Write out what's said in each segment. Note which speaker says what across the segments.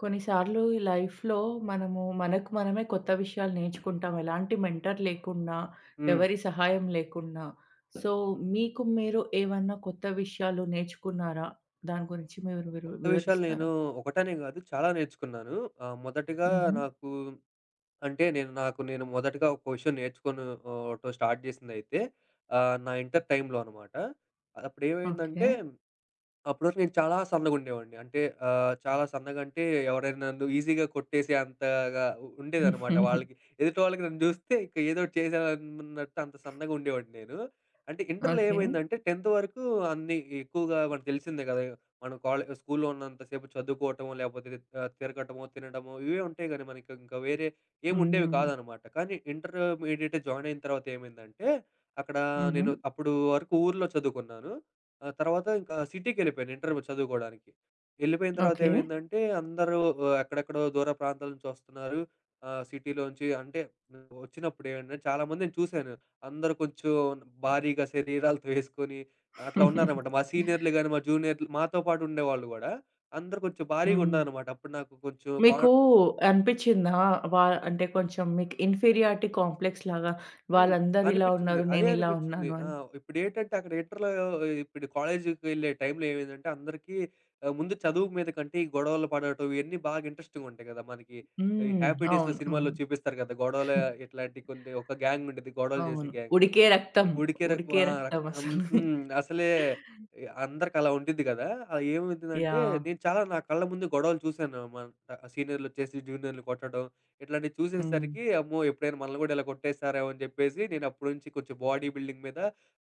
Speaker 1: కొన్నిసార్లు ఈ లైఫ్‌లో మనము మనకు మనమే కొత్త విషయాలు నేర్చుకుంటాం. ఎలాంటి మెంటర్ లేకున్నా,
Speaker 2: హ్మ్.
Speaker 1: ఎవరి సహాయం లేకున్నా. సో, మీకు మీరు ఏమన్నా కొత్త విషయాలు నేర్చుకున్నారా? దాని గురించి మీరు
Speaker 2: కొత్త విషయాలు నేను
Speaker 1: వివరిస్తారా?
Speaker 2: ఒకటనే గాదు చాలా నేర్చుకున్నాను. మొదటిగా
Speaker 1: హుహు.
Speaker 2: నాకు అంటే నేను నాకు నేను మొదటగా ఒక విషయం నేర్చుకొను ఓటం స్టార్ట్ జేసిందయితే నా ఇంటర్ టైమ్‌లో అనమాట.
Speaker 1: ఓకే.
Speaker 2: అప్పుడేమైందంటే అప్పటివరకు నేను చాలా సన్నగుండేవాడిని. అంటే చాలా సన్నగంటే ఎవరైనా నన్ను ఈజీగా కొట్టేసే అంతగా ఉండేదనమాట వాళ్ళకి. ఎదుటి వాళ్ళకి నన్ను జూస్తే ఇంక ఏదోటి చేసేయాలన్నట్టు అంత సన్నగా ఉండేవాడిని నేను. అంటే ఇంటర్‌లో
Speaker 1: ఓకే.
Speaker 2: ఏమైందంటే 10థ్ వరకు అన్నీ ఎక్కువగా మనకు తెలిసిందే గదా! మనం కాలే స్కూల్‌లో ఉన్నంత సేపు చదువుకోవటమో, లేపోతే తిరగటమో, తినడమో ఇవే ఉంటాయి గానీ మనకి ఇంకా వేరే ఏముండేవి
Speaker 1: హ్మ్.
Speaker 2: కాదనమాట. కానీ ఇంటర్మీడియేట్ జాయిన్ అయిన తర్వాత ఏమైందంటే, అక్కడ
Speaker 1: హుహు.
Speaker 2: నేను అప్పుడు వరకు ఊర్లో చదువుకున్నాను. ఆ తర్వాత ఇంకా సిటీకెళ్ళిపోయాను ఇంటర్ చదువుకోవడానికి. ఎళ్ళిపోయిన తర్వాత
Speaker 1: ఓకే.
Speaker 2: ఏమైందంటే అందరూ ఎక్కడెక్కడో దూర ప్రాంతాల నుంచి వస్తున్నారు. సిటీలోంచి అంటే వచ్చినప్పుడు ఏంటంటే చాలామందిని చూసాను. అందరూ కొంచెం భారీగా శరీరాలతో వేసుకొని అట్లా ఉన్నారనమాట. మా సీనియర్‌లు గాని, మా జూనియర్‌లు మాతో పాటు ఉండేవాళ్ళు గూడా అందరూ కొంచెం భారీగా
Speaker 1: హ్మ్.
Speaker 2: ఉన్నారనమాట. అప్పుడు నాకు కొంచెం
Speaker 1: మీకు
Speaker 2: కాన్
Speaker 1: అనిపిచ్చిందా? వా అంటే కొంచెం మీకు ఇన్ఫీరియారిటీ కాంప్లెక్స్‌లాగా
Speaker 2: హ్మ్.
Speaker 1: వాళ్ళందరూ ఇలా
Speaker 2: అనిపిచ్చింది.
Speaker 1: ఉన్నారు,
Speaker 2: అదే
Speaker 1: నేనిలా
Speaker 2: అనిపిచ్చింది.
Speaker 1: ఉన్నాను
Speaker 2: ఆ!
Speaker 1: అని?
Speaker 2: ఇప్పుడేంటంటే అక్కడ ఇంటర్‌లో ఇప్పుడు కాలేజీకెళ్ళే టైంలో ఏమైందంటే అందరికీ ముందు చదువు మీద కంటే ఈ గొడవలు పడటం ఇయన్నీ బాగా ఇంట్రెస్టింగ్‌గా ఉంటాయి కదా! మనకి ఈ
Speaker 1: హ్మ్.
Speaker 2: హ్యాపీ డేస్‌లో
Speaker 1: అవును,
Speaker 2: సినిమాల్లో
Speaker 1: అవును.
Speaker 2: చూపిస్తారు కదా! గొడవలు ఇట్లాంటి కొన్ని ఒక గ్యాంగ్ ఉండిద్ది. గొడవలు చేసే
Speaker 1: అవును.
Speaker 2: గ్యాంగ్.
Speaker 1: ఉడికే రక్తం.
Speaker 2: ఉడికే ర
Speaker 1: ఉడికే
Speaker 2: ఆ!
Speaker 1: రక్తం
Speaker 2: హ్మ్.
Speaker 1: అసలు.
Speaker 2: హ్మ్. అసలే అందరికి అలా ఉండిద్ది కదా! అది ఏమైందంటే
Speaker 1: యాహ్!
Speaker 2: నేను చాలా నా కళ్ళ ముందు గొడవలు చూసాననమాట. సీనియర్‌లొచ్చేసి జూనియర్‌లు కొట్టడం ఇట్లాంటివి
Speaker 1: హ్మ్.
Speaker 2: చూసేసరికి అమ్మో! ఎప్పుడైనా మనల్ని కూడా ఇలా కొట్టేస్తారేమో అని చెప్పేసి నేను అప్పటి నుంచి కొంచెం బాడీ బిల్డింగ్ మీద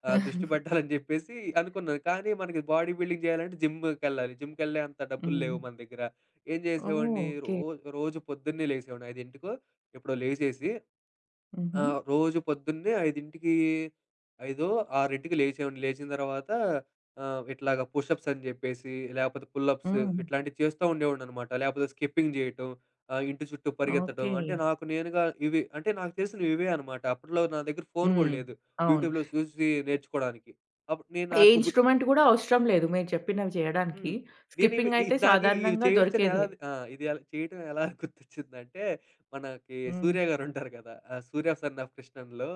Speaker 2: దృష్టి పెట్టాలని చెప్పేసి అనుకున్నాను. కానీ మనకి బాడీ బిల్డింగ్ చేయాలంటే జిమ్‌కెళ్ళాలి. జిమ్‌కెళ్ళే అంత డబ్బులు
Speaker 1: హ్మ్.
Speaker 2: లేవు మన దగ్గర. ఏం
Speaker 1: ఓహ్!
Speaker 2: చేసేవాడిని రో
Speaker 1: ఓకే.
Speaker 2: రోజు పొద్దున్నే లేసేవాడిని 5కి ఎప్పుడో లేసేసి ఆ!
Speaker 1: హుహు.
Speaker 2: రోజు పొద్దున్నే 5కి 5 6కి లేచేవాడిని. లేచిన తర్వాత ఇట్లాగ పుషప్స్ అని జెప్పేసి, లేపోతే పుల్లప్స్
Speaker 1: హ్మ్.
Speaker 2: ఇట్లాంటివి చేస్తా ఉండేవాడిననమాట. లేపోతే స్కిప్పింగ్ జేయటం, ఇంటి చుట్టూ పరిగెత్తడం.
Speaker 1: ఓకే.
Speaker 2: అంటే నాకు నేనుగా ఇవి అంటే నాకు తెలిసినవి ఇవే అనమాట. అప్పట్లో నా దగ్గర ఫోను గూడా
Speaker 1: హ్మ్.
Speaker 2: లేదు.
Speaker 1: అవును.
Speaker 2: యూట్యూబ్‌లో చూసి నేర్చుకోవడానికి. అప్పుడు నేను
Speaker 1: ఏ
Speaker 2: నాకు గు
Speaker 1: ఇన్‌స్ట్రుమెంట్ గూడా అవసరం లేదు మీరు చెప్పినవి చేయడానికి.
Speaker 2: హ్మ్. నేనివి
Speaker 1: స్కిప్పింగ్
Speaker 2: ఇది
Speaker 1: అయితే
Speaker 2: నాకు ఇది
Speaker 1: సాధారణంగా
Speaker 2: చేయొచ్చని ఎలా
Speaker 1: దొరికేదే.
Speaker 2: ఆ! ఇది ఎలా చేయటం ఎలా గుర్తొచ్చిందంటే, మనకి
Speaker 1: హ్మ్.
Speaker 2: 'సూర్య' గారుంటారు కదా! 'సూర్య సన్ ఆఫ్ కృష్ణన్‌లో'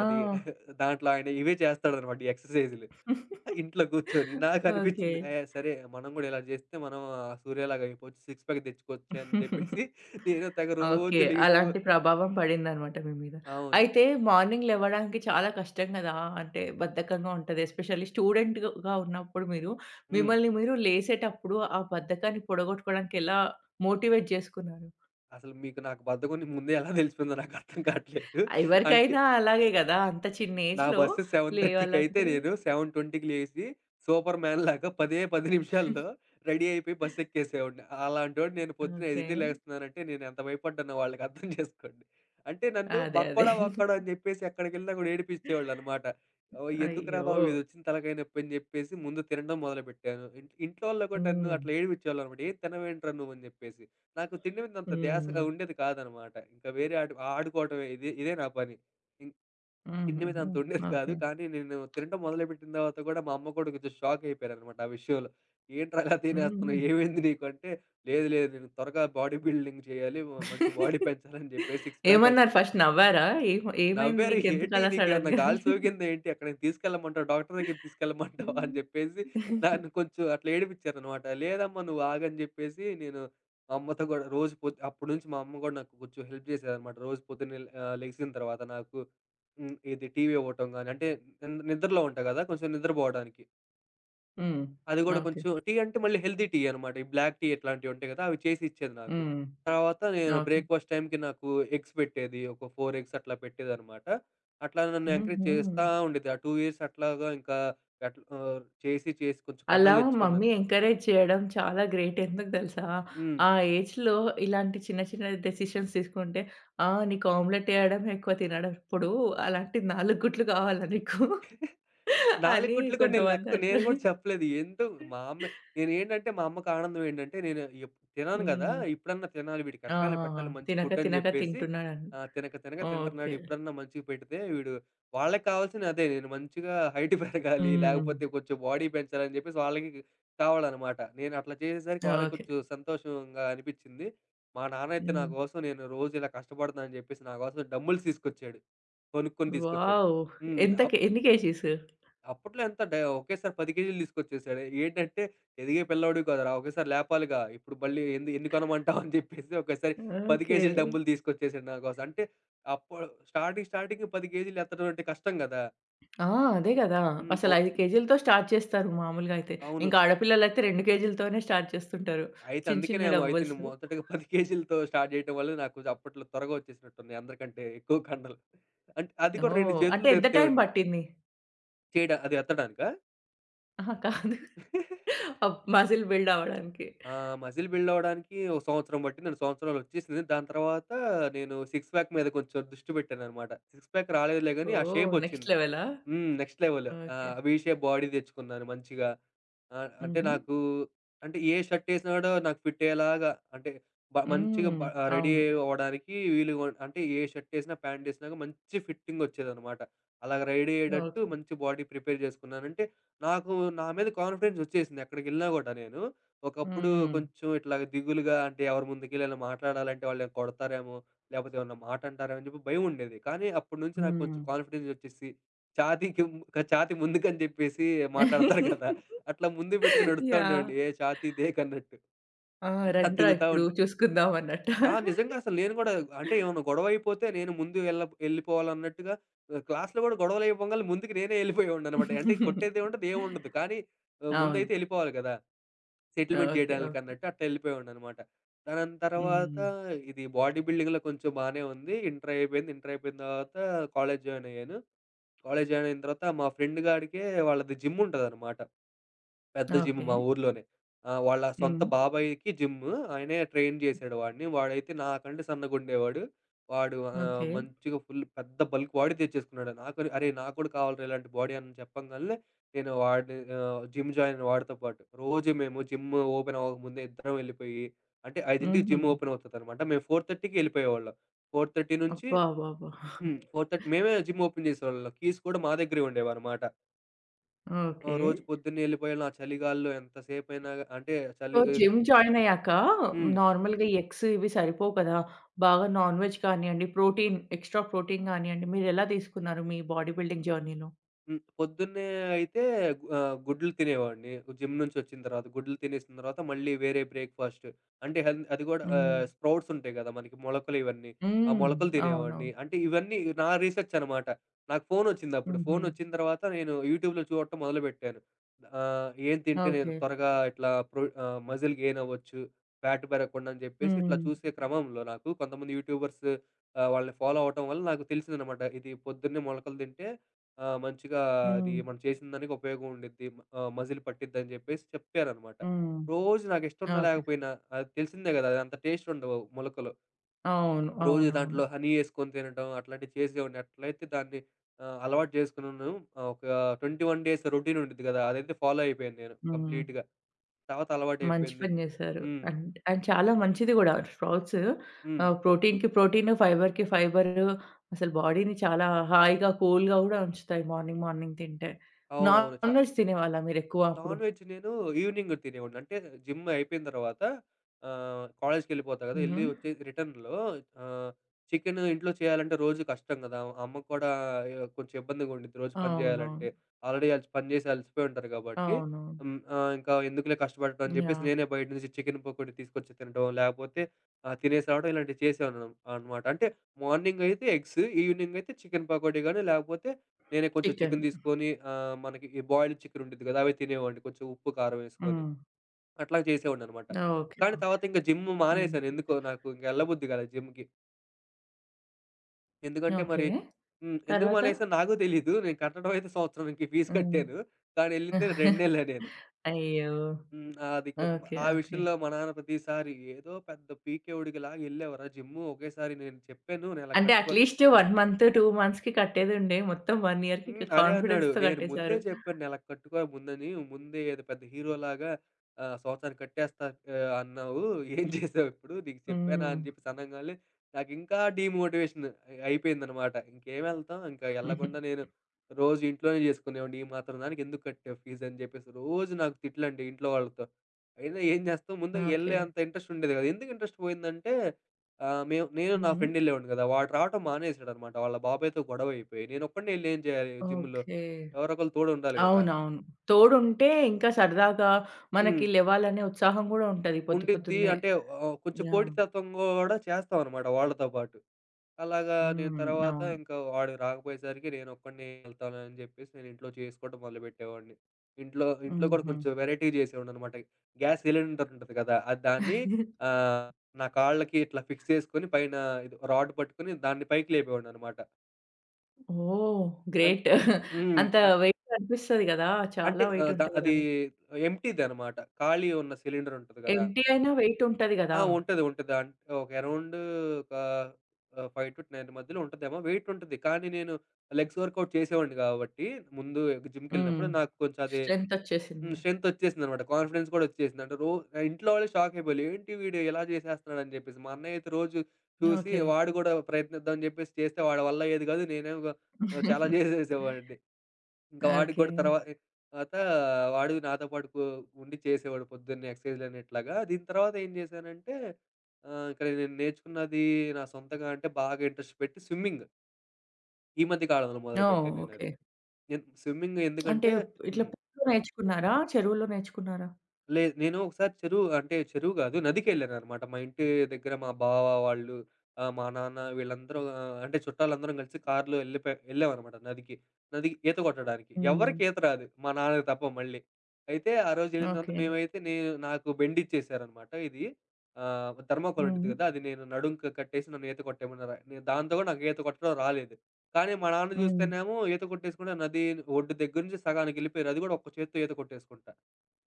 Speaker 1: ఆ!
Speaker 2: అది దాంట్లో ఆయన ఇవే చేస్తాడనమాట ఈ ఎక్సర్‌సైజులు. ఇంట్లో కూర్చొని.
Speaker 1: ఓకే,
Speaker 2: నాకనిపించింది ఏ సరే మనం గూడా ఇలా చేస్తే మనం 'సూర్యలాగా' అయిపోవచ్చు. సిక్స్ ప్యాక్ తెచ్చుకోవచ్చు అని జెప్పేసి నేను తెగ
Speaker 1: ఓకే.
Speaker 2: రోజు లెగిసే
Speaker 1: అలాంటి ప్రభావం పడిందనమాట మీ మీద.
Speaker 2: అవును.
Speaker 1: అయితే మార్నింగ్ లెవ్వడానికి చాలా కష్టం గదా! అంటే బద్ధకంగా ఉంటది. ఎస్పెషల్లీ స్టూడెంట్‌గా ఉన్నప్పుడు మీరు
Speaker 2: హ్మ్.
Speaker 1: మిమ్మల్ని మీరు లేసేటప్పుడు ఆ బద్ధకాన్ని పొడగొట్టుకోవడానికి ఎలా మోటివేట్ జేసుకున్నారు?
Speaker 2: అసలు మీకు నాకు బద్ధకం ముందే ఎలా తెలిసిపోయిందో నాకర్థం కాట్లేదు. అంటే
Speaker 1: ఎవరికైనా అలాగే గదా! అంత చిన్న
Speaker 2: నా
Speaker 1: ఏజ్‌లో
Speaker 2: బస్సు 7:30కైతే
Speaker 1: లేవాలంటే
Speaker 2: నేను 7:20కి లేసి సూపర్ మ్యాన్ లాగా పదే 10 నిమిషాల్లో రెడీ అయిపోయి బస్సు ఎక్కేసేవాడిని. అలాంటోడిని నేను పొద్దున
Speaker 1: ఓకే.
Speaker 2: 5కి లేస్తున్నానంటే నేను ఎంత భయపడ్డానో వాళ్ళకి అర్థం చేసుకోండి. అంటే నన్ను
Speaker 1: అదే, అదే.
Speaker 2: బక్కోడా, బక్కోడా అని జెప్పేసి ఎక్కడికెళ్ళినా గూడా ఏడిపిచ్చేవాళ్ళనమాట. ఓహ్! ఎందుకురా
Speaker 1: అయ్యో!
Speaker 2: బాబు ఇదొచ్చిన తలకాయ నొప్పి అని జెప్పేసి ముందు తినడం మొదలుపెట్టాను. ఇంట్లో వాళ్ళు కూడా నన్ను
Speaker 1: హ్మ్.
Speaker 2: అట్లా ఏడిపిచ్చేవాళ్ళనమాట. "ఏం తినవేంట్రా నువ్వు" అని జెప్పేసి. నాకు తిండి మీద అంత ధ్యాస
Speaker 1: హ్మ్.
Speaker 2: ఉండేది కాదనమాట. ఇంకా వేరే ఆడుకోవటమే ఇదే ఇదే నా పని. ఇం తిండి మీద
Speaker 1: హుహుహు.
Speaker 2: అంత ఉండేది కాదు.
Speaker 1: ఓకే.
Speaker 2: కానీ నేను తినటం మొదలుపెట్టిన తర్వాత కూడా మా అమ్మ కూడా కొంచెం షాక్ అయిపోయారనమాట ఆ విషయంలో. "ఏంట్రా ఇలా
Speaker 1: హ్మ్.
Speaker 2: తినేస్తున్నావు? ఏమైంది నీకు?" అంటే, "లేదు లేదు నేను త్వరగా బాడీ బిల్డింగ్ చేయాలి. మంచి బాడీ పెంచాలని" చెప్పేసి సిక్స్ ప్యాక్
Speaker 1: ఏమన్నారు ఫస్ట్ నవ్వారా? ఏం ఏమైంది
Speaker 2: నవ్వారు. "ఏంటి
Speaker 1: నీకెందుకలా
Speaker 2: నీకేమన్నా
Speaker 1: సడెన్‌గా
Speaker 2: గాలి
Speaker 1: అని?
Speaker 2: సోకిందా ఏంటి? ఎక్కడికి తీసుకెళ్ళమంటావా? డాక్టర్ దగ్గరికి తీసుకెళ్ళమంటావా?" అని
Speaker 1: హ్మ్.
Speaker 2: చెప్పేసి నన్ను కొంచెం అట్లా ఏడిపిచ్చారనమాట. "లేదమ్మా నువ్వు ఆగని" చెప్పేసి నేను మా అమ్మతో గూడా రోజు పొద్ అప్పటినుంచి మా అమ్మ గూడా నాకు కొంచెం హెల్ప్ చేసేదనమాట. రోజు పొద్దున్నే లెగిసిన తర్వాత నాకు హ్మ్. ఇది టీవీ ఇవ్వటం గాని అంటే నిద్రలో ఉంటా గదా! కొంచెం నిద్రపోవడానికి.
Speaker 1: హ్మ్.
Speaker 2: అది గూడా
Speaker 1: ఓకే.
Speaker 2: కొంచెం టీ అంటే మళ్ళీ హెల్తీ టీ అనమాట. ఈ బ్లాక్ టీ ఇట్లాంటివుంటాయి గదా! అవి చేసి ఇచ్చేది నాకు.
Speaker 1: హ్మ్.
Speaker 2: తర్వాత నేను
Speaker 1: ఓకే.
Speaker 2: బ్రేక్‌ఫాస్ట్ టైంకి నాకు ఎగ్స్ పెట్టేది. ఒక 4 ఎగ్స్ అట్లా పెట్టేదనమాట. అట్లా నన్ను ఎంకరేజ్
Speaker 1: హుహు.
Speaker 2: చేస్తా ఉండేది. ఆ 2 ఇయర్స్ అట్లాగా ఇంకా అట్లా చేసి చేసి కొంచెం
Speaker 1: అలా
Speaker 2: కండలు తెచ్చుకున్నాను.
Speaker 1: మమ్మీ ఎంకరేజ్ చేయడం చాలా గ్రేట్. ఎందుకు తెలుసా?
Speaker 2: హ్మ్.
Speaker 1: ఆ ఏజ్‌లో ఇలాంటి చిన్న చిన్న డెసిషన్స్ తీసుకుంటే, "ఆ! నీకు ఆమ్లెట్ ఎయడమే ఎక్కువ తినడం. ఇప్పుడు అలాంటి 4 గుట్లు కావాలా నీకు?"
Speaker 2: 4
Speaker 1: అని
Speaker 2: గుడ్లు కూడా నేను
Speaker 1: కొంతమంది
Speaker 2: లెక్క నేను
Speaker 1: అంటారు.
Speaker 2: కూడా చెప్పలేదు. ఎంతో మా అమ్మ నేనేంటంటే మా అమ్మకి ఆనందం ఏంటంటే నేను తినను గదా!
Speaker 1: హ్మ్.
Speaker 2: ఇప్పుడన్నా తినాలి వీడికి
Speaker 1: ఆ!
Speaker 2: ఎట్లైనా
Speaker 1: ఆ! ఆ!
Speaker 2: పెట్టాలి మంచి
Speaker 1: తినక
Speaker 2: ఫుడ్ అని
Speaker 1: తినక
Speaker 2: జెప్పేసి
Speaker 1: తింటున్నాడని.
Speaker 2: తినక తినక తింటున్నాడు.
Speaker 1: ఓకే.
Speaker 2: ఇప్పుడన్నా మంచిగా పెడితే వీడు వాళ్ళకి కావాల్సింది అదే. నేను మంచిగా హైట్ పెరగాలి
Speaker 1: హ్మ్.
Speaker 2: లేకపోతే కొంచెం బాడీ పెంచాలని జెప్పేసి వాళ్ళకి కావాలనమాట. నేను అట్లా చేసేసరికి వాళ్ళకి
Speaker 1: ఓకే.
Speaker 2: కొంచెం సంతోషంగా అనిపిచ్చింది. మా నాన్న అయితే నా
Speaker 1: హ్మ్.
Speaker 2: కోసం నేను రోజు ఇలా కష్టపడుతున్నానని జెప్పేసి నా కోసం డంబుల్స్ తీసుకొచ్చాడు. కొనుక్కొని తీసుకొచ్చాడు.
Speaker 1: వావ్!
Speaker 2: హ్మ్. అప్
Speaker 1: ఎంతకి ఎన్ని కేజీస్?
Speaker 2: అప్పట్లో ఎంత డ ఒకేసారి 10 కేజీలు తీసుకొచ్చేసాడు. ఏంటంటే ఎదిగే పిల్లోడివి కాదురా! ఒకేసారి లేపాలిగా. ఇప్పుడు మళ్ళీ ఎన్ని కొనమంటావు అని చెప్పేసి ఒకేసారి 10
Speaker 1: ఓకే.
Speaker 2: కేజీలు డంబులు తీసుకొచ్చేసాడు నా కోసం. అంటే అప్పుడు స్టార్టింగ్ 10 కేజీలు ఎత్తడం అంటే కష్టం గదా!
Speaker 1: ఆ! అదే గదా!
Speaker 2: హ్మ్.
Speaker 1: అసలు
Speaker 2: ఒక్
Speaker 1: 5 కేజీలతో స్టార్ట్ చేస్తారు మామూలుగా అయితే.
Speaker 2: అవును.
Speaker 1: ఇంకా ఆడపిల్లలైతే 2 కేజీలతోనే స్టార్ట్ చేస్తుంటారు.
Speaker 2: అయితే
Speaker 1: చిన్న చిన్న
Speaker 2: అందుకేనేమో అయితే నేను
Speaker 1: డంబెల్స్.
Speaker 2: మొదటగా 10 కేజీలతో స్టార్ట్ చేయడం వల్ల నాకు కొంచెం అప్పట్లో త్వరగా వచ్చేసినట్టున్నాయి అందరికంటే ఎక్కువ కండలు. అంటే అది కూడా 2
Speaker 1: ఓహ్! అంటే
Speaker 2: చేతులతో
Speaker 1: ఎంత టైం
Speaker 2: ఎత్తేవాడిని.
Speaker 1: పట్టింది?
Speaker 2: అది ఎత్తడానికా?
Speaker 1: అహా! కాదు. అప్ మజిల్ బిల్డ్ అవ్వడానికి.
Speaker 2: ఆ! మజిల్ బిల్డ్ అవ్వడానికి ఒక సంవత్సరం పట్టిందండి. సంవత్సరంలో వచ్చేసింది. దాని తర్వాత నేను సిక్స్ ప్యాక్ మీద కొంచెం దృష్టి పెట్టాననమాట. సిక్స్ ప్యాక్ రాలేదులే గానీ ఆ
Speaker 1: ఓహ్! నెక్స్ట్
Speaker 2: షేపొచ్చింది.
Speaker 1: లెవెలా?
Speaker 2: హ్మ్. Next level.
Speaker 1: Okay.
Speaker 2: 'V shape' body తెచ్చుకున్నాను మంచిగా. ఆహ్, అంటే
Speaker 1: హుహు.
Speaker 2: నాకు అంటే ఏ షర్టేసినా గూడా నాకు ఫిట్టయ్యేలాగా అంటే బ మంచిగా
Speaker 1: హ్మ్.
Speaker 2: బ ఆహ్, రెడీ
Speaker 1: అవును.
Speaker 2: అవ్వడానికి వీలుగా అంటే ఏ షర్టేసినా, ప్యాంటేసినా గూడా మంచి ఫిట్టింగొచ్చేదనమాట. అలాగ రెడీ అయ్యేటట్టు
Speaker 1: ఓకే.
Speaker 2: మంచి బాడీ ప్రిపేర్ జేసుకున్నానంటే, నాకు నా మీద కాన్ఫిడెన్సొచ్చేసింది ఎక్కడికెళ్ళినా గూడా నేను. ఒకప్పుడు
Speaker 1: హ్మ్.
Speaker 2: కొంచెం ఇట్లాగ దిగులుగా అంటే ఎవరి ముందుకెళ్ళి ఏమైనా మాట్లాడాలంటే వాళ్ళేమైనా కొడతారేమో, లేపోతే ఏమన్నా మాటంటారేమో అని జెప్పి భయముండేది. కానీ అప్పటి నుంచి నాకు కొంచెం
Speaker 1: హ్మ్.
Speaker 2: కాన్ఫిడెన్సొచ్చేసి ఛాతీకి ఛాతీ ముందుకని చెప్పేసి మాట్లాడతారు కదా! అట్లా ముందు పెట్టుకొని నడుస్తా
Speaker 1: యాహ్!
Speaker 2: ఉండేవాడిని. ఏ ఛాతీ దేకన్నట్టు.
Speaker 1: ఆ!
Speaker 2: అట్లా
Speaker 1: రండ్రా
Speaker 2: తిరుగుతా ఉం
Speaker 1: ఇప్పుడు చూసుకుందాం అన్నట్టా?
Speaker 2: ఆ! నిజంగా అసలు నేను గూడా అంటే ఏమన్నా గొడవ అయిపోతే నేను ముందు ఎళ్ళ ఎళ్ళిపోవాలన్నట్టుగా క్లాస్‌లో గూడా గొడవలు అయిపోంగాల్నే ముందుకి నేనే ఎళ్ళిపోయేవాడిననమాట. అంటే కొట్టేదేముండదు, ఏముండదు. కానీ
Speaker 1: అవును.
Speaker 2: ముందైతే ఎళ్ళిపోవాలి కదా! Settlement
Speaker 1: okay, okay.
Speaker 2: చేయడానికన్నట్టు అట్లా ఎళ్ళిపోయేవాడిననమాట. దాని తర్వాత
Speaker 1: హ్మ్.
Speaker 2: ఇది బాడీ బిల్డింగ్‌లో కొంచెం బానే ఉంది. ఇంటర్ అయిపోయింది. ఇంటర్ అయిపోయిన తర్వాత కాలేజ్ జాయిన్ అయ్యాను. కాలేజ్ జాయిన్ అయిన తర్వాత మా ఫ్రెండ్ గాడికే వాళ్ళది జిమ్ ఉంటదనమాట. పెద్ద జిమ్
Speaker 1: ఓకే.
Speaker 2: మా ఊర్లోనే. వాళ్ళ సొంత
Speaker 1: హ్మ్.
Speaker 2: బాబాయికి జిమ్. ఆయనే ట్రైన్ చేసాడు వాడిని. వాడైతే నాకంటే సన్నగుండేవాడు. వాడు
Speaker 1: ఓకే.
Speaker 2: మంచిగా ఫుల్ పెద్ద బల్క్ వాడే తెచ్చేసుకున్నాడు. నాకు అరేయ్! నాకు కూడా కావాలిరా ఇలాంటి బాడీ అని చెప్పంగాల్నే నేను వాడిని జిమ్ జాయిన్ అయిన వాడితో పాటు రోజు మేము జిమ్ ఓపెన్ అవ్వకముందే ఇద్దరం వెళ్ళిపోయి అంటే 5కి జిమ్
Speaker 1: హుహు.
Speaker 2: ఓపెన్ అవుతదనమాట. మేము 4:30కి వెళ్ళిపోయేవాళ్ళం. 4:30 నుంచి
Speaker 1: అబ్బబ్బబ్బా!
Speaker 2: హ్మ్. 4:30 మేమే జిమ్ ఓపెన్ చేసేవాళ్ళం. కీస్ కూడా మా దగ్గరే ఉండేవనమాట.
Speaker 1: ఓకే.
Speaker 2: రోజు పొద్దున్నే ఎళ్ళిపోయేళ్ళం. ఆ చలిగాలిలో ఎంతసేపయినా అంటే
Speaker 1: సో,
Speaker 2: చలిగా
Speaker 1: జిమ్ జాయిన్ అయ్యాక
Speaker 2: హ్మ్.
Speaker 1: నార్మల్‌గా ఈ ఎగ్స్ ఇవి సరిపోవు కదా! బాగా నాన్ వెజ్ కానియండి, ప్రోటీన్ ఎక్స్‌ట్రా ప్రోటీన్ కానియండి, మీరెలా తీసుకున్నారు మీ బాడీ బిల్డింగ్ జర్నీలో?
Speaker 2: హ్మ్. పొద్దున్నే అయితే గుడ్లు తినేవాడిని. జిమ్ నుంచొచ్చిన తర్వాత. గుడ్లు తినేసిన తర్వాత మళ్ళీ వేరే బ్రేక్‌ఫాస్ట్ అంటే అది గూడా
Speaker 1: హ్మ్.
Speaker 2: స్ప్రౌట్స్ ఉంటాయి గదా! మనకి మొలకలు ఇవన్నీ. ఆ
Speaker 1: హ్మ్.
Speaker 2: మొలకలు
Speaker 1: అవునవును.
Speaker 2: తినేవాడిని. అంటే ఇవన్నీ నా రీసెర్చ్ అనమాట. నాకు ఫోనొచ్చిందప్పుడు.
Speaker 1: హుహు.
Speaker 2: ఫోనొచ్చిన తర్వాత నేను యూట్యూబ్‌లో చూడటం మొదలుపెట్టాను. ఏం తింటే నేను
Speaker 1: ఓకే.
Speaker 2: త్వరగా ఇట్లా మజిల్ గెయిన్ అవ్వచ్చు, ఫ్యాట్ పెరగకుండా అని జెప్పేసి ఇట్లా
Speaker 1: హ్మ్.
Speaker 2: చూసే క్రమంలో నాకు కొంతమంది యూట్యూబర్స్ వాళ్ళని ఫాలో అవ్వటం వల్ల నాకు తెలిసిందనమాట. ఇది పొద్దున్నే మొలకలు తింటే ఆ! మంచిగా అది
Speaker 1: హ్మ్.
Speaker 2: మనం చేసిన దానికి ఉపయోగం ఉండిద్ది. మజిల్ పట్టిద్దని జెప్పేసి చెప్పారనమాట.
Speaker 1: హ్మ్.
Speaker 2: రోజు నాకిష్టమున్నా
Speaker 1: ఓకే.
Speaker 2: లేకపోయినా అది తెలిసిందే గదా! అది అంత టేస్ట్ ఉండవు మొలకలు.
Speaker 1: అవును.
Speaker 2: రోజు
Speaker 1: అవునవును.
Speaker 2: దాంట్లో హనీ యేసుకొని తినటం అట్లాంటివి చేసేవాడిని. అట్లయితే దాన్ని అలవాటు చేసుకున్నాను. ఒక 21 డేస్ రొటీన్ ఉండిద్ది గదా! అదైతే ఫాలో అయిపోయాను నేను
Speaker 1: హ్మ్.
Speaker 2: కంప్లీట్‌గా. తర్వాత
Speaker 1: మంచి
Speaker 2: అలవాటయిపోయింది.
Speaker 1: పని జేశారు.
Speaker 2: హ్మ్.
Speaker 1: అండ్ అండ్ చాలా మంచిది గూడా స్ప్రౌట్స్,
Speaker 2: హ్మ్.
Speaker 1: ఆహ్, ప్రోటీన్‌కి ప్రోటీన్, ఫైబర్‌కి ఫైబర్ అసలు బాడీని చాలా హాయిగా, కూల్‌గా గూడా ఉంచుతాయి మార్నింగ్, మార్నింగ్ తింటే.
Speaker 2: అవునవును.
Speaker 1: నాన్ వెజ్ తినేవాళ్ళా మీరెక్కువ అప్పుడు?
Speaker 2: నాన్ వెజ్ నేను ఈవినింగ్ తినేవాడిని. అంటే జిమ్ అయిపోయిన తర్వాత కాలేజ్‌కెళ్ళిపోతా కదా!
Speaker 1: హుహు.
Speaker 2: ఎళ్లి వచ్చే రిటర్న్‌లో ఆహ్, చికెను ఇంట్లో చేయాలంటే రోజు కష్టం కదా! అమ్మకు కూడా కొంచెం ఇబ్బందిగా ఉండిద్ది రోజు పని
Speaker 1: అవునవును.
Speaker 2: చేయాలంటే. ఆల్రెడీ ఆళ్ళు పని చేసి అలసిపోయి ఉంటారు కాబట్టి
Speaker 1: అవునవును.
Speaker 2: హ్మ్. ఇంకా ఎందుకులే కష్టపడటం అని చెప్పేసి
Speaker 1: యాహ్!
Speaker 2: నేనే బయట నుంచి చికెను పకోడీ తీసుకొచ్చి తినడం, లేకపోతే తినేసి రావడం ఇలాంటివి చేసేవాడిని అన్నమాట. అంటే మార్నింగ్ అయితే ఎగ్స్, ఈవినింగ్ అయితే చికెను పకోడీ గాని లేకపోతే నేనే కొంచెం
Speaker 1: చికెన్.
Speaker 2: చికెన్ తీసుకొని మనకి ఈ బాయిల్డ్ చికెన్ ఉండిద్ది కదా! అవి తినేవాడిని కొంచెం ఉప్పు, కారం వేసుకొని.
Speaker 1: హ్మ్.
Speaker 2: అట్లా చేసేవాడిననమాట.
Speaker 1: ఓకే.
Speaker 2: కానీ తర్వాత ఇంక జిమ్
Speaker 1: హ్మ్.
Speaker 2: మానేశాను. ఎందుకో నాకు ఇంక ఎళ్ళబుద్ధి కాలేదు జిమ్‌కి. ఎందుకంటే
Speaker 1: ఓకే.
Speaker 2: మరి హ్మ్. ఎందుకు
Speaker 1: తర్వాత?
Speaker 2: మానేసానో నాకు తెలీదు. నేను కట్టడం అయితే సంవత్సరానికి ఫీజు
Speaker 1: హ్మ్.
Speaker 2: కట్టాను. కానీ ఎళ్ళింది 2 నెలలే నేను.
Speaker 1: అయ్యో!
Speaker 2: హ్మ్. అది కొ
Speaker 1: ఓకే,
Speaker 2: ఆ
Speaker 1: ఓకే.
Speaker 2: విషయంలో మా నాన్న ప్రతిసారి "ఏదో పెద్ద పీకేవోడికిలాగా ఎళ్ళావురా జిమ్ము. ఒకేసారి నేను చెప్పాను. నేను అలా
Speaker 1: అంటే
Speaker 2: కట్టుకో"
Speaker 1: అట్‌లీస్ట్ 1 మంత్, 2 మంత్స్‌కి కట్టేదుండే. మొత్తం 1 ఇయర్‌కి
Speaker 2: హ్మ్. అదే అన్నాడు.
Speaker 1: కాన్ఫిడెన్స్‌తో
Speaker 2: నేను ముందే
Speaker 1: కట్టేశారు.
Speaker 2: చెప్పాను. "నెలకు కట్టుకో ముందని. ముందే ఏదో పెద్ద హీరోలాగా సంవత్సరానికి కట్టేస్తా అన్నావు. ఏం చేసావిప్పుడు? నీకు చెప్పానా?"
Speaker 1: హ్మ్.
Speaker 2: అని చెప్పేసి అనంగాల్నే నాకింకా డీమోటివేషన్ అయి అయిపోయిందనమాట. ఇంకేమెళ్తాం, ఇంకా ఎళ్ళకుండా నేను రోజు ఇంట్లోనే చేసుకునేవాడిని. "ఈ మాత్రం దానికి ఎందుకు కట్టావు ఫీజ్" అని చెప్పేసి రోజు నాకు తిట్లండి ఇంట్లో వాళ్ళతో. అయినా ఏం చేస్తాం, ముందు ఎళ్ళే
Speaker 1: ఓకే.
Speaker 2: అంత ఇంట్రెస్ట్ ఉండేది కాదు. ఎందుకు ఇంట్రెస్ట్ పోయిందంటే ఆహ్, మేము నేను నా
Speaker 1: హ్మ్.
Speaker 2: ఫ్రెండ్ ఎళ్ళేవాడిని కదా! వాడు రావటం మానేసాడనమాట. వాళ్ళ బాబాయ్‌తో గొడవయిపోయి. నేనొక్కడినే ఎళ్లి ఏం చేయాలి జిమ్‌లో?
Speaker 1: ఓకే.
Speaker 2: ఎవరోకళ్ళు తోడుండాలి కదా!
Speaker 1: అవునవును. తోడుంటే ఇంకా సరదాగా మనకి
Speaker 2: హ్మ్.
Speaker 1: లెవ్వాలనే ఉత్సాహం గూడా ఉంటది పొద్దు
Speaker 2: ఉండిద్ది
Speaker 1: పొద్దున్నే.
Speaker 2: అంటే కొంచెం
Speaker 1: యాహ్!
Speaker 2: పోటీతత్వం గూడా చేస్తామనమాట వాళ్ళతో పాటు. అలాగా నేను
Speaker 1: హ్మ్.
Speaker 2: తర్వాత
Speaker 1: అవును.
Speaker 2: ఇంకా వాడు రాకపోయేసరికి నేనొక్కడినే ఎళ్తాను అని చెప్పేసి నేను ఇంట్లో చేసుకోవడం మొదలుపెట్టేవాడిని. ఇంట్లో ఇంట్లో కూడా
Speaker 1: హుహు.
Speaker 2: కొంచెం వెరైటీ చేసేవాడిననమాట. గ్యాస్ సిలిండర్ ఉంటది కదా! దాన్ని ఆహ్, నా కాళ్ళకి ఇట్లా ఫిక్స్ చేసుకొని పైన ఇది రాడ్ పట్టుకొని దాన్ని పైకి లేపేవాడిననమాట.
Speaker 1: ఓహ్! గ్రేట్.
Speaker 2: హ్మ్.
Speaker 1: అంత
Speaker 2: అ
Speaker 1: వెయిట్ అనిపిస్తది గదా!
Speaker 2: అంటే
Speaker 1: చాలా వెయిట్
Speaker 2: ఆహ్, ద
Speaker 1: ఉంటది
Speaker 2: అది
Speaker 1: గదా!
Speaker 2: ఎంప్టీదనమాట. ఖాళీ ఉన్న సిలిండర్ ఉంటది గదా!
Speaker 1: ఎంప్టీ అయినా వెయిట్ ఉంటది
Speaker 2: ఆ!
Speaker 1: గదా!
Speaker 2: ఉంటది. ఉంటది. ఒక అరౌండ్ ఒక 5-9 మధ్యలో ఉంటదేమో వెయిట్ ఉంటది. కానీ నేను లెగ్స్ వర్కౌట్ చేసేవాడిని గాబట్టి ముందు
Speaker 1: హ్మ్.
Speaker 2: జిమ్‌కెళ్ళినప్పుడు నాకు కొంచెం అది
Speaker 1: స్ట్రెంత్
Speaker 2: హ్మ్.
Speaker 1: ఒచ్చేసింది.
Speaker 2: స్ట్రెంత్ ఒచ్చేసిందనమాట. కాన్ఫిడెన్స్ గూడా ఒచ్చేసింది. అంటే రో ఆ ఇంట్లో వాళ్ళే షాక్ అయిపోయాళ్ళు. ఏంటి వీడు ఇలా చేసేస్తున్నాడని జెప్పేసి. మా అన్నయ్య అయితే రోజు చూసి
Speaker 1: ఓకే,
Speaker 2: వాడు గూడా ప్రయత్నిద్దాం అని జెప్పేసి చేస్తే వాడి వల్ల అయ్యేది గాదు. నేనేమో చాలా జేసేసేవాడిని. ఇంకా వాడికి
Speaker 1: ఓకే.
Speaker 2: గూడా తర్వా త వాడు నాతో పాటు కూ ఉండి చేసేవాడు పొద్దున్నే ఎక్సర్‌సైజ్‌లని ఇట్లాగా. దీని తర్వాత ఏం చేశానంటే ఇక్కడ నేను నేర్చుకున్నది నా సొంతంగా అంటే బాగా ఇంట్రెస్ట్ పెట్టి స్విమ్మింగ్. ఈ మధ్య కాలంలో
Speaker 1: ఓహ్!
Speaker 2: మొదలుపెట్టాను నేనది.
Speaker 1: ఓకే.
Speaker 2: నేను స్విమ్మింగ్
Speaker 1: అంటే
Speaker 2: ఎందుకంటే
Speaker 1: ఇట్లా
Speaker 2: హ్మ్.
Speaker 1: పుక్‌లో నేర్చుకున్నారా? చెరువులో నేర్చుకున్నారా?
Speaker 2: లేదు. నేను ఒకసారి చెరువు అంటే చెరువు గాదు. నదికెళ్ళాననమాట. మా ఇంటి దగ్గర మా బావ వాళ్ళు, మా నాన్న వీళ్ళందరూ అంటే చుట్టాలందరం కలిసి కారులో ఎళ్ళామనమాట నదికి. నదికి ఈత కొట్టడానికి.
Speaker 1: హ్మ్.
Speaker 2: ఎవ్వరికీ ఈత రాదు. మా నాన్నకి తప్ప మళ్ళీ. అయితే ఆ రోజు ఎళ్ళిందంతా
Speaker 1: ఓకే.
Speaker 2: మేమైతే నేను నాకు బెండిచ్చేసారనమాట ఇది. థర్మాకోల్ ఉండిద్ది
Speaker 1: హ్మ్.
Speaker 2: కదా! అది నేను నడుంకి కట్టేసి నన్ను ఈత కొట్టేయమన్నారు. నేను దాంతో కూడా నాకు ఈత కొట్టడం రాలేదు. కానీ మా నాన్న
Speaker 1: హ్మ్.
Speaker 2: చూస్తేనేమో ఈత కొట్టేసుకుంటే నది ఒడ్డు దగ్గర నుంచి సగానికెళ్ళిపోయారు. అది కూడా ఒక్క చేత్తో ఈత కొట్టేసుకుంటా.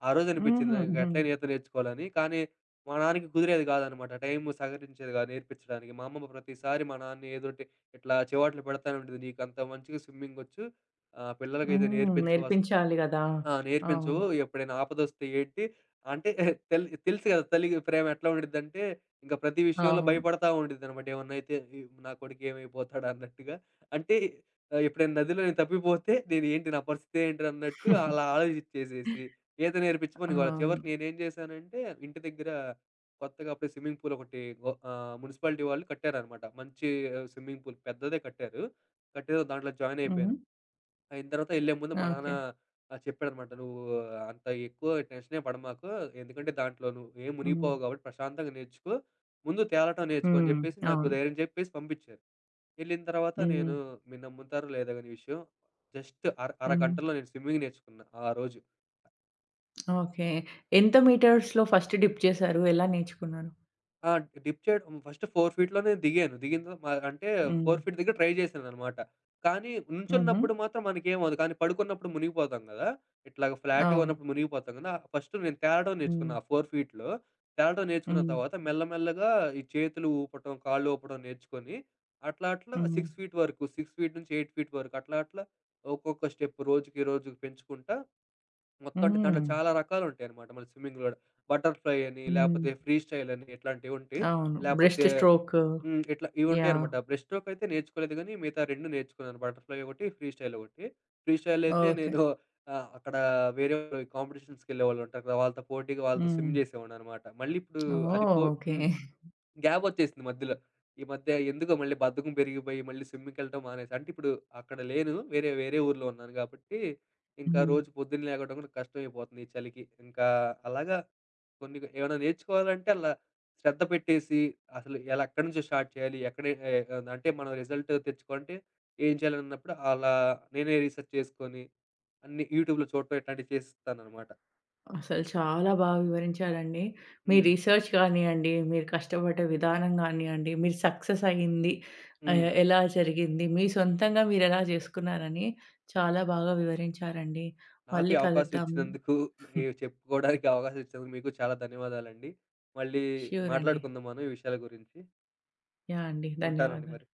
Speaker 2: ఆ రోజు అనిపించింది
Speaker 1: హుహుహు.
Speaker 2: నాకెట్లా
Speaker 1: హ్మ్.
Speaker 2: ఈత నేర్చుకోవాలని. కానీ మా నాన్నకి కుదిరేది కాదనమాట. టైం సహకరించేది కాదు నేర్పించడానికి. మా అమ్మమ్మ ప్రతిసారి మా నాన్ని ఏదోటి ఇట్లా చెవాట్లు పెడతానే ఉండేది. "నీకంత మంచిగా స్విమ్మింగొచ్చు పిల్లలకైతే
Speaker 1: హ్మ్.
Speaker 2: నేర్పించవు అసలు"
Speaker 1: నేర్పించాలి గదా!
Speaker 2: ఆ! నేర్పించవు.
Speaker 1: అవును.
Speaker 2: ఎప్పుడైనా ఆపదొస్తే ఏంటి అంటే తెలుసు కదా! తల్లి ప్రేమ ఎట్లా ఉండిద్దంటే, ఇంక ప్రతి విషయంలో
Speaker 1: అవును.
Speaker 2: భయపడతా ఉండిద్దనమాట. ఏమన్నా అయితే ఈ నా కొడుకు ఏమైపోతాడా అన్నట్టుగా. అంటే ఎప్పుడైనా నదిలో నేను తప్పిపోతే నేను ఏంటి నా పరిస్థితి ఏంటి అన్నట్టు అలా ఆలోచించేసేసి, ఈత నేర్పించమని గోల.
Speaker 1: అవును.
Speaker 2: చివరికి నేనేం చేశానంటే, ఇంటి దగ్గర కొత్తగా అప్పుడే స్విమ్మింగ్ పూల్ ఒకటి మున్సిపాలిటీ వాళ్ళు కట్టారనమాట. మంచి స్విమ్మింగ్ పూల్ పెద్దదే కట్టారు. కట్టేదో దాంట్లో జాయిన్ అయిపోయాను.
Speaker 1: హ్మ్.
Speaker 2: అయిన తర్వాత ఎళ్ళే ముందు మా నాన్న
Speaker 1: ఓకే.
Speaker 2: చెప్పాడనమాట. "నువ్వు అంత ఎక్కువ టెన్షనే పడమాకు. ఎందుకంటే దాంట్లో నువ్వు ఏం
Speaker 1: హ్మ్.
Speaker 2: మునిగిపోవు కాబట్టి ప్రశాంతంగా నేర్చుకో. ముందు తేలటం నేర్చుకో" అని
Speaker 1: హ్మ్.
Speaker 2: చెప్పేసి నాకు
Speaker 1: అవును.
Speaker 2: ధైర్యం చెప్పేసి పంపిచ్చారు. ఎళ్ళిన తర్వాత
Speaker 1: హ్మ్.
Speaker 2: నేను మీరు నమ్ముతారో లేదో గాని ఈ విషయం జస్ట్
Speaker 1: హ్మ్.
Speaker 2: అరగంటలో నేను స్విమ్మింగ్ నేర్చుకున్నా ఆ రోజు.
Speaker 1: ఓకే. ఎంత మీటర్స్‌లో ఫస్ట్ డిప్ చేశారు? ఎలా నేర్చుకున్నారు?
Speaker 2: ఆ! డిప్ చేయడం ఫస్ట్ 4 ఫీట్‌లోనే దిగాను. దిగిన తర్వా మా అంటే
Speaker 1: హ్మ్.
Speaker 2: 4 ఫీట్ దగ్గర ట్రై చేశాననమాట. కానీ
Speaker 1: హుహు.
Speaker 2: నుంచున్నప్పుడు మాత్రం మనకేమవ్వదు. కానీ పడుకున్నప్పుడు మునిగిపోతాం కదా! ఇట్లాగ ఫ్లాట్‌గా
Speaker 1: అవును.
Speaker 2: ఉన్నప్పుడు మునిగిపోతాం కదా! ఫస్ట్ నేను తేలడం
Speaker 1: హ్మ్.
Speaker 2: నేర్చుకున్నా ఆ 4 ఫీట్‌లో. తేలడం నేర్చుకున్న
Speaker 1: హ్మ్.
Speaker 2: తర్వాత మెల్లమెల్లగా ఈ చేతులు ఊపటం, కాళ్ళు ఊపడం నేర్చుకొని అట్లా అట్లా
Speaker 1: హ్మ్.
Speaker 2: 6 ఫీట్ వరకు, 6 ఫీట్ నుంచి 8 ఫీట్ వరకు అట్లా అట్లా ఒక్కొక్క స్టెప్ రోజుకి రోజుకి పెంచుకుంటా మొత్తం అంటే దాంట్లో
Speaker 1: హ్మ్.
Speaker 2: చాలా రకాలుంటాయనమాట. మన స్విమ్మింగ్‌లో గూడా. బటర్‌ఫ్లై అని,
Speaker 1: హ్మ్.
Speaker 2: లేపోతే ఫ్రీ స్టైల్ అని ఇట్లాంటివుంటాయి.
Speaker 1: అవును.
Speaker 2: లేపోతే
Speaker 1: బ్రెస్ట్ స్ట్రోక్.
Speaker 2: హ్మ్. ఇట్లా
Speaker 1: యాహ్!
Speaker 2: ఇవుంటాయనమాట. బ్రెస్ట్ స్ట్రోక్ అయితే నేర్చుకోలేదు గానీ, మిగతా 2 నేర్చుకున్నాను. బటర్‌ఫ్లై ఒకటి, ఫ్రీ స్టైల్ ఒకటి. ఫ్రీ స్టైల్ అయితే
Speaker 1: ఓకే.
Speaker 2: నేను అక్కడ వేరే కాంపిటీషన్స్‌కెళ్ళేవాళ్ళుంటారు కదా! వాళ్ళతో పోటీగా వాళ్ళతో
Speaker 1: హ్మ్.
Speaker 2: స్విమ్ చేసేవాడిననమాట. మళ్ళీ ఇప్పుడు అది
Speaker 1: ఓహ్!
Speaker 2: పో
Speaker 1: ఓకే.
Speaker 2: హ్మ్. గ్యాపొచ్చేసింది మధ్యలో. ఈ మధ్య ఎందుకో మళ్ళీ బద్ధకం పెరిగిపోయి, మళ్ళీ స్విమ్మింగ్‌కెళ్ళటం మానేసా. అంటే ఇప్పుడు అక్కడ లేను. వేరే, వేరే ఊర్లో ఉన్నాను గాబట్టి, ఇంకా
Speaker 1: హ్మ్.
Speaker 2: రోజు పొద్దున్న లెగడం గూడా కష్టమైపోతుంది ఈ చలికి. ఇంకా అలాగా కొన్ని ఏమైనా నేర్చుకోవాలంటే అలా శ్రద్ధ పెట్టేసి, అసలు ఎలా ఎక్కడి నుంచి స్టార్ట్ చేయాలి? ఎక్కడ అంటే మనం రిజల్ట్ తెచ్చుకోవాలంటే ఏం చేయాలన్నప్పుడు అలా నేనే రీసెర్చ్ చేసుకొని, అన్నీ యూట్యూబ్‌లో చూడటం ఇట్లాంటివి చేస్తాననమాట.
Speaker 1: అసలు చాలా బాగా వివరించారండి. మీ
Speaker 2: హ్మ్.
Speaker 1: రిసర్చ్ కానియండి, మీరు కష్టపడ్డ విధానం గానియండి, మీరు సక్సెస్ అయ్యింది.
Speaker 2: హ్మ్.
Speaker 1: ఆహ్, ఎలా జరిగింది, మీ సొంతంగా మీరెలా జేసుకున్నారని చాలా బాగా వివరించారండి.
Speaker 2: నాకు ఈ
Speaker 1: మళ్ళీ
Speaker 2: అవకాశం
Speaker 1: కలుద్దాం.
Speaker 2: ఇచ్చినందుకు, ఇవి చెప్పుకోవడానికి అవకాశం ఇచ్చినందుకు మీకు చాలా ధన్యవాదాలండి. మళ్ళీ
Speaker 1: షూర్ అండి.
Speaker 2: మాట్లాడుకుందాం మనం ఈ విషయాల గురించి.
Speaker 1: యాహ్! అండి.
Speaker 2: ఉంటానండి
Speaker 1: ధన్యవాదాలు.
Speaker 2: మరి.